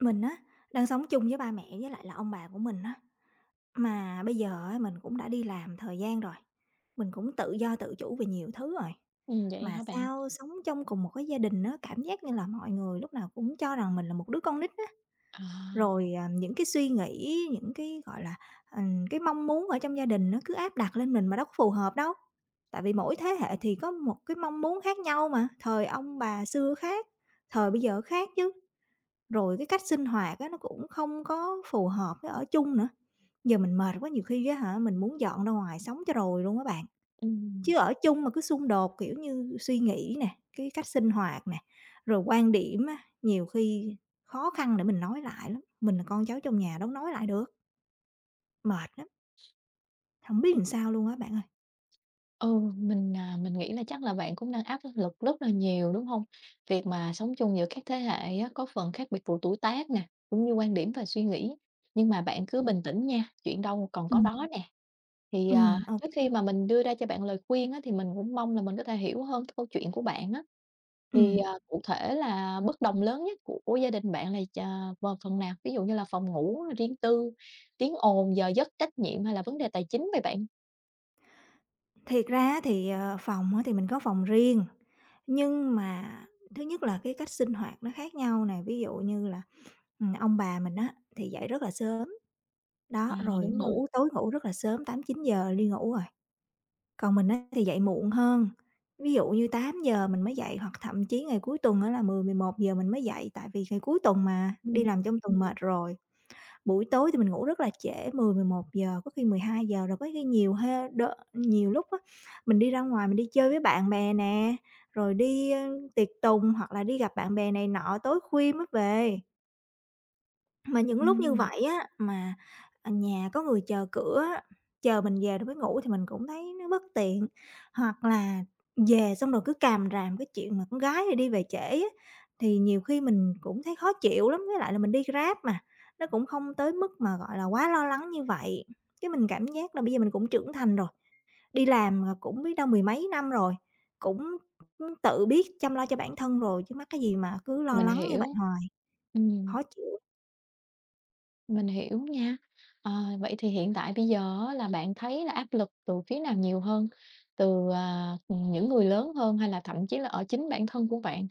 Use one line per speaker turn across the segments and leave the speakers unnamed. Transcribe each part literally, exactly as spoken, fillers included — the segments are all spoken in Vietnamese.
Mình á, đang sống chung với ba mẹ với lại là ông bà của mình á, mà bây giờ á mình cũng đã đi làm thời gian rồi, mình cũng tự do tự chủ về nhiều thứ rồi.
Ừm, vậy
Mà
hả bạn?
sao sống trong cùng một cái gia đình á, cảm giác như là mọi người lúc nào cũng cho rằng mình là một đứa con nít á.
À,
Rồi, à, những cái suy nghĩ, những cái, gọi là, ừm, cái mong muốn ở trong gia đình nó cứ áp đặt lên mình mà đâu có phù hợp đâu. Tại vì mỗi thế hệ thì có một cái mong muốn khác nhau mà, thời ông bà xưa khác, thời bây giờ khác chứ. Rồi cái cách sinh hoạt á, nó cũng không có phù hợp với ở chung nữa. Giờ mình mệt quá, nhiều khi á hả, mình muốn dọn ra ngoài sống cho rồi luôn á bạn.
ừm,
Chứ ở chung mà cứ xung đột, kiểu như, suy nghĩ nè, cái cách sinh hoạt nè, rồi quan điểm á, nhiều khi khó khăn để mình nói lại lắm. Mình là con cháu trong nhà đâu nói lại được, mệt lắm, không biết
ừm,
làm sao luôn á bạn ơi.
ừ, mình, à, mình nghĩ là chắc là bạn cũng đang áp lực rất là nhiều, đúng không? Việc mà sống chung giữa các thế hệ á, có phần khác biệt về tuổi tác nè, cũng như quan điểm và suy nghĩ. Nhưng mà bạn cứ bình tĩnh nha, chuyện đâu còn có
Ừm.
đó nè. Thì,
ô kê.
à,
Ừm, ô
trước
kê.
khi mà mình đưa ra cho bạn lời khuyên á, thì mình cũng mong là mình có thể hiểu hơn cái câu chuyện của bạn á. Thì, à, cụ thể là bất đồng lớn nhất của gia đình bạn là ch à, vào phần nào? Ví dụ như là phòng ngủ riêng tư, tiếng ồn, giờ giấc, trách nhiệm hay là vấn đề tài chính vậy bạn?
Thiệt ra á thì, ờ, phòng á thì mình có phòng riêng, nhưng mà thứ nhất là cái cách sinh hoạt nó khác nhau nè, ví dụ như là Ừm, ông bà mình á thì dậy rất là sớm,
À,
đó, rồi
đúng rồi.
ngủ tối ngủ rất là sớm, tám chín giờ đi ngủ rồi. Còn mình á thì dậy muộn hơn, ví dụ như tám giờ mình mới dậy, hoặc thậm chí ngày cuối tuần á là mười mười một giờ mình mới dậy, tại vì ngày cuối tuần mà,
Ừm.
đi làm trong tuần mệt rồi. Buổi tối thì mình ngủ rất là trễ, mười mười một giờ có khi mười hai giờ rồi có khi nhiều ha đ nhiều lúc á, mình đi ra ngoài mình đi chơi với bạn bè nè, rồi đi, ơ, tiệc tùng hoặc là đi gặp bạn bè này nọ, tối khuya mới về. Mà những lúc như
Ừm,
vậy á, mà, à, nhà có người chờ cửa á, chờ mình về rồi mới ngủ thì mình cũng thấy nó bất tiện. Hoặc là về xong rồi cứ càm ràm cái chuyện mà con gái rồi đi về trễ á, thì nhiều khi mình cũng thấy khó chịu lắm, với lại là mình đi Grab mà, nó cũng không tới mức mà, gọi là, quá lo lắng như vậy. Cái mình cảm giác là bây giờ mình cũng trưởng thành rồi, đi làm, à, cũng biết đâu mười mấy năm rồi, cũng tự biết chăm lo cho bản thân rồi, chứ mắc cái gì mà cứ lo
mình
lắng như vậy
hiểu,
hoài,
ừm,
khó chịu.
mình hiểu nha. Ờ, vậy thì hiện tại bây giờ á là bạn thấy là áp lực từ phía nào nhiều hơn? Từ, à, những người lớn hơn hay là thậm chí là ở chính bản thân của bạn?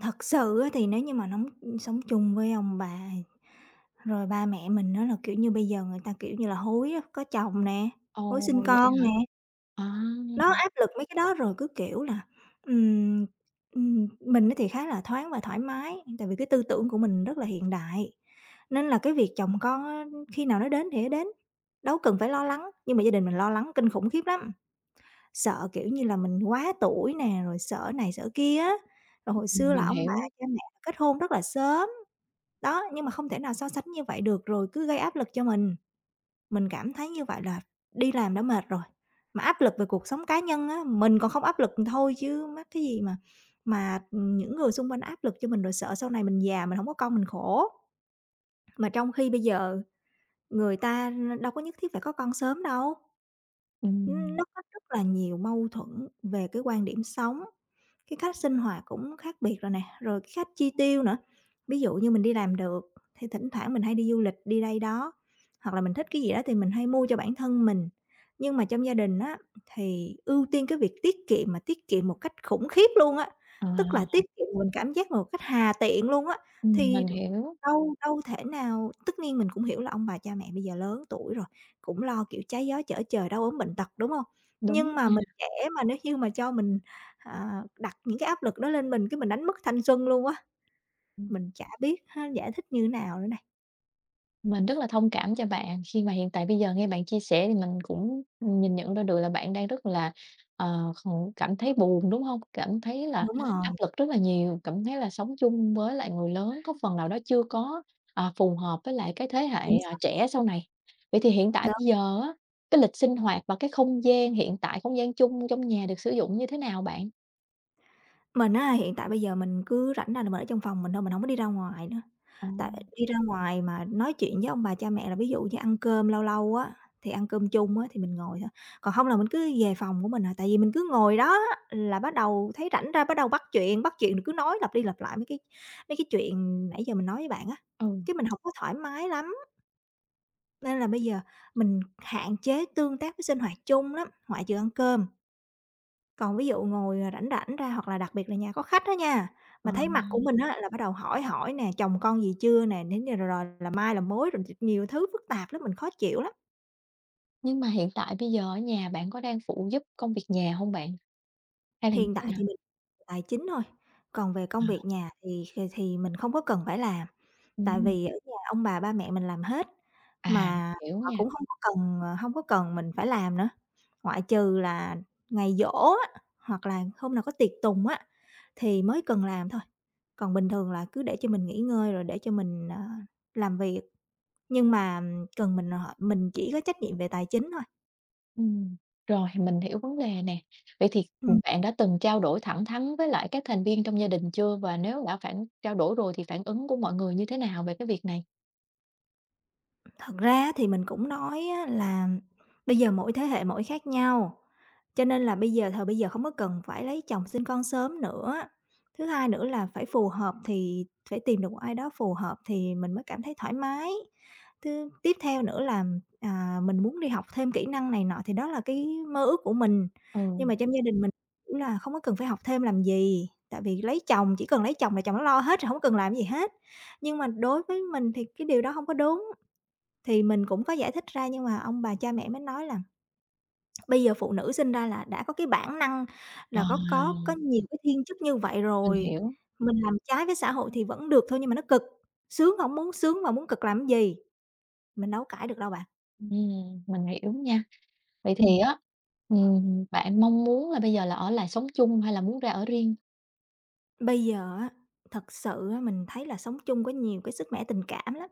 Thật sự á thì nếu như mà nóng sống chung với ông bà, rồi ba mẹ mình á là, kiểu như, bây giờ người ta, kiểu như là, hối á, có chồng nè, hối
Ồ,
sinh
vậy
con
hả?
nè,
À,
nó áp lực mấy cái đó rồi cứ, kiểu là, ừm, ừm, mình á thì khá là thoáng và thoải mái, tại vì cái tư tưởng của mình rất là hiện đại, nên là cái việc chồng con á khi nào nó đến thì nó đến, đâu cần phải lo lắng, nhưng mà gia đình mình lo lắng kinh khủng khiếp lắm. Sợ, kiểu như là, mình quá tuổi nè, rồi sợ này sợ kia á. Rồi hồi
ừm,
xưa là
mình
ông bà
hiểu.
cha mẹ kết hôn rất là sớm, đó, nhưng mà không thể nào so sánh như vậy được, rồi cứ gây áp lực cho mình. Mình cảm thấy như vậy là đi làm đã mệt rồi, mà áp lực về cuộc sống cá nhân á, mình còn không áp lực thôi chứ mắc cái gì mà mà, những người xung quanh áp lực cho mình, rồi sợ sau này mình già mình không có con mình khổ. Mà trong khi bây giờ người ta đâu có nhất thiết phải có con sớm đâu. Ừm,
Ừm,
nó có rất là nhiều mâu thuẫn về cái quan điểm sống, cái cách sinh hoạt cũng khác biệt rồi nè, rồi cái cách chi tiêu nữa. Ví dụ như mình đi làm được thì thỉnh thoảng mình hay đi du lịch, đi đây đó, hoặc là mình thích cái gì đó thì mình hay mua cho bản thân mình. Nhưng mà trong gia đình á thì ưu tiên cái việc tiết kiệm mà tiết kiệm một cách khủng khiếp luôn á, tức
à,
là tiết kiệm mình cảm giác một cách hà tiện luôn á,
ừm, mình
thì
hiểu.
Đâu đâu thể nào, tất nhiên mình cũng hiểu là ông bà cha mẹ bây giờ lớn tuổi rồi, cũng lo, kiểu, trái gió trở trời, đau ốm bệnh tật, đúng hông?
Đúng
Nhưng mà mình
nha.
trẻ mà nếu như mà cho mình, à, đặt những cái áp lực đó lên mình, cái mình đánh mất thanh xuân luôn á,
ừm,
mình chả biết ha giải thích như thế nào nữa này.
mình rất là thông cảm cho bạn khi mà hiện tại bây giờ nghe bạn chia sẻ thì mình cũng nhìn nhận ra được là bạn đang rất là, ờ, còn cảm thấy buồn, đúng không? Cảm thấy là
Đúng rồi,
áp lực rất là nhiều, cảm thấy là sống chung với lại người lớn có phần nào đó chưa có, à, phù hợp với lại cái thế hệ,
chính
à,
xác.
trẻ sau này. Vậy thì hiện tại bây giờ á, cái lịch sinh hoạt và cái không gian hiện tại, không gian chung trong nhà được sử dụng như thế nào bạn?
Mình á, hiện tại bây giờ mình cứ rảnh ra là mình ở trong phòng mình thôi, mình hổng có đi ra ngoài nữa.
Ờ,
Tại đi ra ngoài mà nói chuyện với ông bà cha mẹ là ví dụ như ăn cơm lâu lâu á, thì ăn cơm chung á, thì mình ngồi thôi, còn hông là mình cứ về phòng của mình à. Tại vì mình cứ ngồi đó á là bắt đầu thấy rảnh ra bắt đầu bắt chuyện, bắt chuyện rồi cứ nói lặp đi lặp lại mấy cái mấy cái chuyện nãy giờ mình nói với bạn á,
ừ,
cái mình hổng có thoải mái lắm. Nên là bây giờ mình hạn chế tương tác với sinh hoạt chung lắm, ngoại trừ ăn cơm. Còn ví dụ ngồi, à, rảnh rảnh ra hoặc là đặc biệt là nhà có khách đó nha,
ờ,
mà thấy mặt của mình á là bắt đầu hỏi hỏi nè, chồng con gì chưa nè, đến giờ rồi rồi là mai là mối, rồi nhiều thứ phức tạp lắm, mình khó chịu lắm.
nhưng mà hiện tại bây giờ ở nhà bạn có đang phụ giúp công việc nhà không bạn? Hay là như
Hiện
thế
tại
nào?
thì mình tài chính thôi, còn về công việc nhà thì thì thì mình không có cần phải làm, tại
Ừm,
vì ở nhà ông bà ba mẹ mình làm hết,
à,
mà
hiểu
họ
nha.
cũng không có cần, ờ, không có cần mình phải làm nữa, ngoại trừ là ngày giỗ á, hoặc là hôm nào có tiệc tùng á thì mới cần làm thôi. Còn bình thường là cứ để cho mình nghỉ ngơi rồi để cho mình, ờ, làm việc, nhưng mà cần mình hỏi mình chỉ có trách nhiệm về tài chính thôi.
Ừm, rồi, mình hiểu vấn đề nè. Vậy thì,
Ừm.
bạn đã từng trao đổi thẳng thắn với lại các thành viên trong gia đình chưa? Và nếu đã phản trao đổi rồi thì phản ứng của mọi người như thế nào về cái việc này?
Thật ra thì mình cũng nói á là bây giờ mỗi thế hệ mỗi khác nhau, cho nên là bây giờ thời bây giờ không có cần phải lấy chồng sinh con sớm nữa. Thứ hai nữa là phải phù hợp thì phải tìm được một ai đó phù hợp thì mình mới cảm thấy thoải mái. Thứ tiếp theo nữa là, à, mình muốn đi học thêm kỹ năng này nọ thì đó là cái mơ ước của mình,
Ừ.
nhưng mà trong gia đình mình, cũng là, không có cần phải học thêm làm gì, tại vì lấy chồng chỉ cần lấy chồng là chồng nó lo hết rồi, không cần làm gì hết. Nhưng mà đối với mình thì cái điều đó không có đúng. Thì mình cũng có giải thích ra nhưng mà ông bà cha mẹ mới nói là bây giờ phụ nữ sinh ra là đã có cái bản năng
À,
là có có có nhiều cái thiên chức như vậy
mình
rồi,
hiểu,
mình làm trái với xã hội thì vẫn được thôi nhưng mà nó cực, sướng hổng muốn sướng mà muốn cực làm cái gì, mình đâu có cãi được đâu bạn.
ừm, mình hiểu nha. Vậy thì
Ừm,
á, ừm, bạn mong muốn là bây giờ là ở lại sống chung hay là muốn ra ở riêng?
Bây giờ á, thật sự á, mình thấy là sống chung có nhiều cái sức mẻ tình cảm lắm.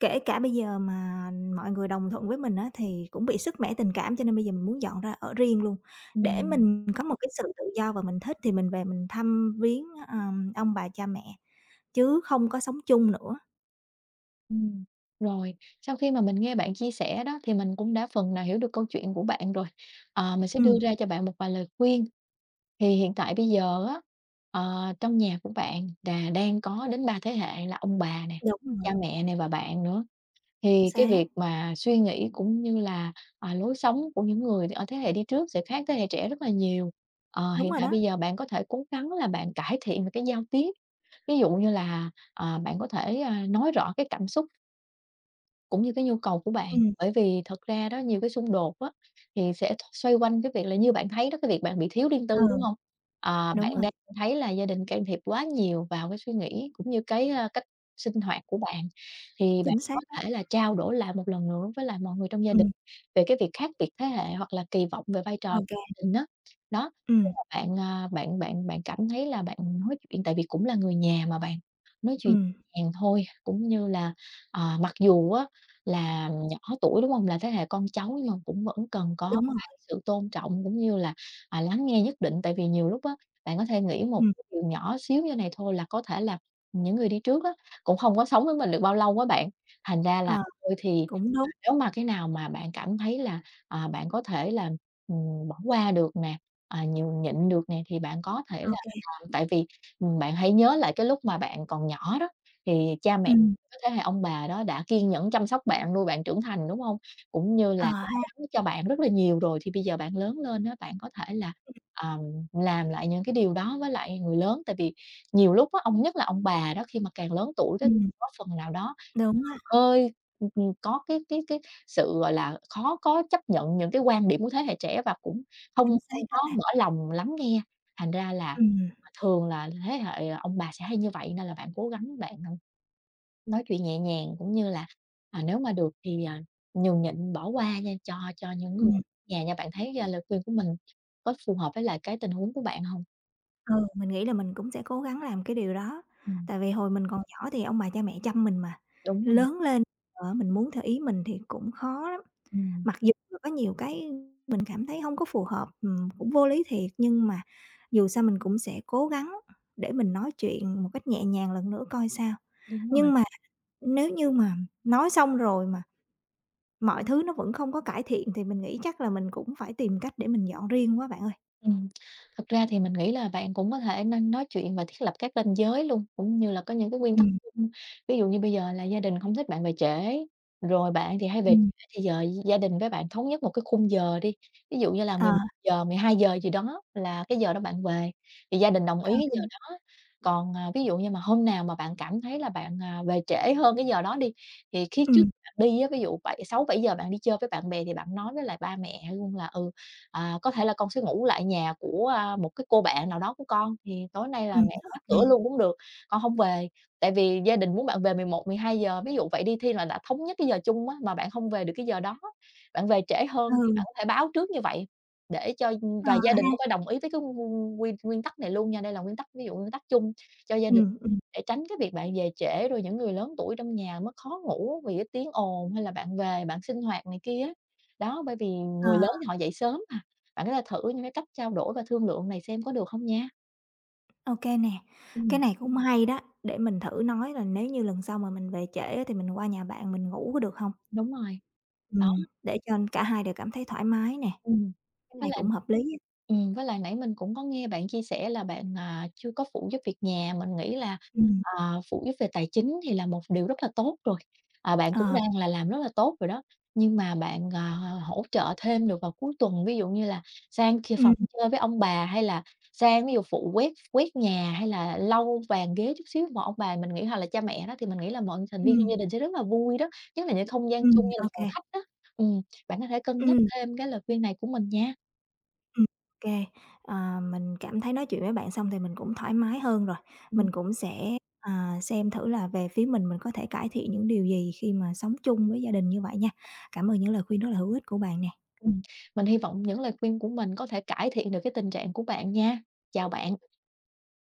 Kể cả bây giờ mà mọi người đồng thuận với mình á, thì cũng bị sứt mẻ tình cảm, cho nên bây giờ mình muốn dọn ra ở riêng luôn, để
Ừm.
mình có một cái sự tự do và mình thích thì mình về mình thăm viếng, ờm, ông bà cha mẹ, chứ không có sống chung nữa.
Ừm, rồi, sau khi mà mình nghe bạn chia sẻ đó thì mình cũng đã phần nào hiểu được câu chuyện của bạn rồi. Ờ, mình sẽ đưa
Ừm,
ra cho bạn một vài lời khuyên. Thì hiện tại bây giờ á, ờ, trong nhà của bạn là đang có đến ba thế hệ là ông bà nè,
đúng rồi,
cha mẹ nè và bạn nữa,
chính
thì cái
xác.
việc mà suy nghĩ cũng như là, à, lối sống của những người ở thế hệ đi trước sẽ khác thế hệ trẻ rất là nhiều. Ờ,
Đúng
hiện
rồi
tại
đó.
bây giờ bạn có thể cố gắng là bạn cải thiện về cái giao tiếp, ví dụ như là, à, bạn có thể, a, nói rõ cái cảm xúc cũng như cái nhu cầu của bạn,
Ừm, ừ,
bởi vì thật ra đó, nhiều cái xung đột á, thì sẽ th xoay quanh cái việc là như bạn thấy đó, cái việc bạn bị thiếu riêng tư,
ờ,
đúng không? À,
đúng
bạn
rồi,
đang thấy là gia đình can thiệp quá nhiều vào cái suy nghĩ cũng như cái, a, cách sinh hoạt của bạn, thì bạn
chính xác
có
đó.
thể là trao đổi lại một lần nữa với lại mọi người trong gia đình
Ừm,
về cái việc khác biệt thế hệ hoặc là kỳ vọng về vai trò
ô kê,
của gia đình đó. Đó, là
ừm,
bạn, à, bạn bạn bạn cảm thấy là bạn nói chuyện tại vì cũng là người nhà mà bạn, nói chuyện
ừm,
nhẹ nhàng thôi, cũng như là, ờ, mặc dù á là nhỏ tuổi, đúng không? Là thế hệ con cháu nhưng mà cũng vẫn cần có
đúng rồi,
cái sự tôn trọng cũng như là, à, lắng nghe nhất định. Tại vì nhiều lúc á, bạn có thể nghĩ một
ừm,
cái điều nhỏ xíu như này thôi là có thể là những người đi trước á, cũng không có sống với mình được bao lâu á bạn, thành ra là
ờ,
thôi thì
cũng đúng,
nếu mà cái nào mà bạn cảm thấy là, à, bạn có thể là, ừm, bỏ qua được nè, à, nhường nhịn được nè thì bạn có thể
ô
là
kê,
làm. Tại vì, ừm, bạn hãy nhớ lại cái lúc mà bạn còn nhỏ đó, thì cha mẹ,
ừm,
cái thế hệ ông bà đó đã kiên nhẫn chăm sóc bạn, nuôi bạn trưởng thành, đúng không? Cũng như là
ờ
lo
ha,
lắng cho bạn rất là nhiều rồi, thì bây giờ bạn lớn lên đó, bạn có thể là, ờm, làm lại những cái điều đó với lại người lớn. Tại vì nhiều lúc á, ông nhất là ông bà đó, khi mà càng lớn tuổi đó,
ừm,
có phần nào đó
đúng á,
hơi ừm, ừm, có cái cái cái sự, gọi là, khó có chấp nhận những cái quan điểm của thế hệ trẻ và cũng không
chính xác
không
đó
có
bạn.
mở lòng lắng nghe. Thành ra là,
Ừm,
à, thường là thế hệ ờ, ông bà sẽ hay như vậy, nên là bạn cố gắng bạn, nói chuyện nhẹ nhàng cũng như là, à, nếu mà được thì, à, nhường nhịn bỏ qua nha cho cho những người
ừm.
nhà nha. Bạn thấy, a, lời khuyên của mình có phù hợp với lại cái tình huống của bạn hông?
Ừ, mình nghĩ là mình cũng sẽ cố gắng làm cái điều đó,
Ừm,
tại vì hồi mình còn nhỏ thì ông bà cha mẹ chăm mình mà,
đúng rồi,
lớn lên, ờ, mình muốn theo ý mình thì cũng khó lắm.
ừm,
Mặc dù là có nhiều cái mình cảm thấy không có phù hợp, ừm, cũng vô lý thiệt, nhưng mà dù sao mình cũng sẽ cố gắng để mình nói chuyện một cách nhẹ nhàng lần nữa coi sao.
đúng rồi.
Nhưng mà nếu như mà nói xong rồi mà mọi thứ nó vẫn không có cải thiện thì mình nghĩ chắc là mình cũng phải tìm cách để mình dọn riêng quá bạn ơi.
Ừm, thật ra thì mình nghĩ là bạn cũng có thể nên nói chuyện và thiết lập các ranh giới luôn, cũng như là có những cái nguyên tắc chung. Ví dụ như bây giờ là gia đình không thích bạn về trễ, rồi bạn thì hay về
Ừm, ừm.
trễ thì giờ gia đình với bạn thống nhất một cái khung giờ đi, ví dụ như là
Ờ.
mười mười một giờ mười hai giờ gì đó là cái giờ đó bạn về, thì gia đình đồng ý
Ô
cái
kê.
giờ đó. Còn, à, ví dụ như mà hôm nào mà bạn cảm thấy là bạn, à, về trễ hơn cái giờ đó đi, thì khi trước
Ừm,
bạn đi á, ví dụ bảy sáu bảy giờ bạn đi chơi với bạn bè thì bạn nói với lại ba mẹ luôn là "Ừ, À, có thể là con sẽ ngủ lại nhà của, a, một cái cô bạn nào đó của con, thì tối nay là
ừm,
mẹ
ô
khóa
kê.
cửa luôn cũng được, con không về. Tại vì gia đình muốn bạn về mười mười một mười hai giờ ví dụ vậy đi, thi là đã thống nhất cái giờ chung á, mà bạn không về được cái giờ đó, bạn về trễ hơn thì
Ừ,
bạn có thể báo trước như vậy, để cho và
ờ,
gia đình cũng phải đồng ý với cái nguyên nguyên nguyên tắc này luôn nha. Đây là nguyên tắc ví dụ nguyên tắc chung cho gia đình,
ừm, ừm.
để tránh cái việc bạn về trễ rồi những người lớn tuổi trong nhà mới khó ngủ vì cái tiếng ồn, hay là bạn về bạn sinh hoạt này kia. Đó, bởi vì
Ờ,
người lớn thì họ dậy sớm mà. Bạn có thể thử những cái cách trao đổi và thương lượng này xem có được không nha.
ô kê nè, cái
Ừm,
này cũng hay đó, để mình thử nói là nếu như lần sau mà mình về trễ á thì mình qua nhà bạn mình ngủ có được hông?
đúng rồi. Ờ,
Ừm, để cho cả hai đều cảm thấy thoải mái nè,
Ừm.
cái
Với
này
lại
cũng hợp lý á.
ừm, với lại nãy mình cũng có nghe bạn chia sẻ là bạn, à, chưa có phụ giúp việc nhà, mình nghĩ là,
Ừm,
ờ, phụ giúp về tài chính thì là một điều rất là tốt rồi, à, bạn cũng
ờ,
đang là làm rất là tốt rồi đó. Nhưng mà bạn, ờ, hỗ trợ thêm được vào cuối tuần, ví dụ như là sang kia phòng
ừm,
chơi với ông bà, hay là sang ví dụ phụ quét quét nhà, hay là lau bàn ghế chút xíu mà ông bà mình nghĩ hoặc là cha mẹ đó, thì mình nghĩ là mọi thành viên trong
ừm,
gia đình sẽ rất là vui đó, nhất là những không gian
ừm,
chung như là
ô
phòng
kê,
khách á. Ừm. Bạn có thể cân nhắc
ừm,
thêm cái lời khuyên này của mình nha.
ừm, ô kê. Ờ, mình cảm thấy nói chuyện với bạn xong thì mình cũng thoải mái hơn rồi,
Ừm,
mình cũng sẽ, à, xem thử là về phía mình mình có thể cải thiện những điều gì khi mà sống chung với gia đình như vậy nha. Cảm ơn những lời khuyên rất là hữu ích của bạn nè.
ừm, mình hy vọng những lời khuyên của mình có thể cải thiện được cái tình trạng của bạn nha. Chào bạn.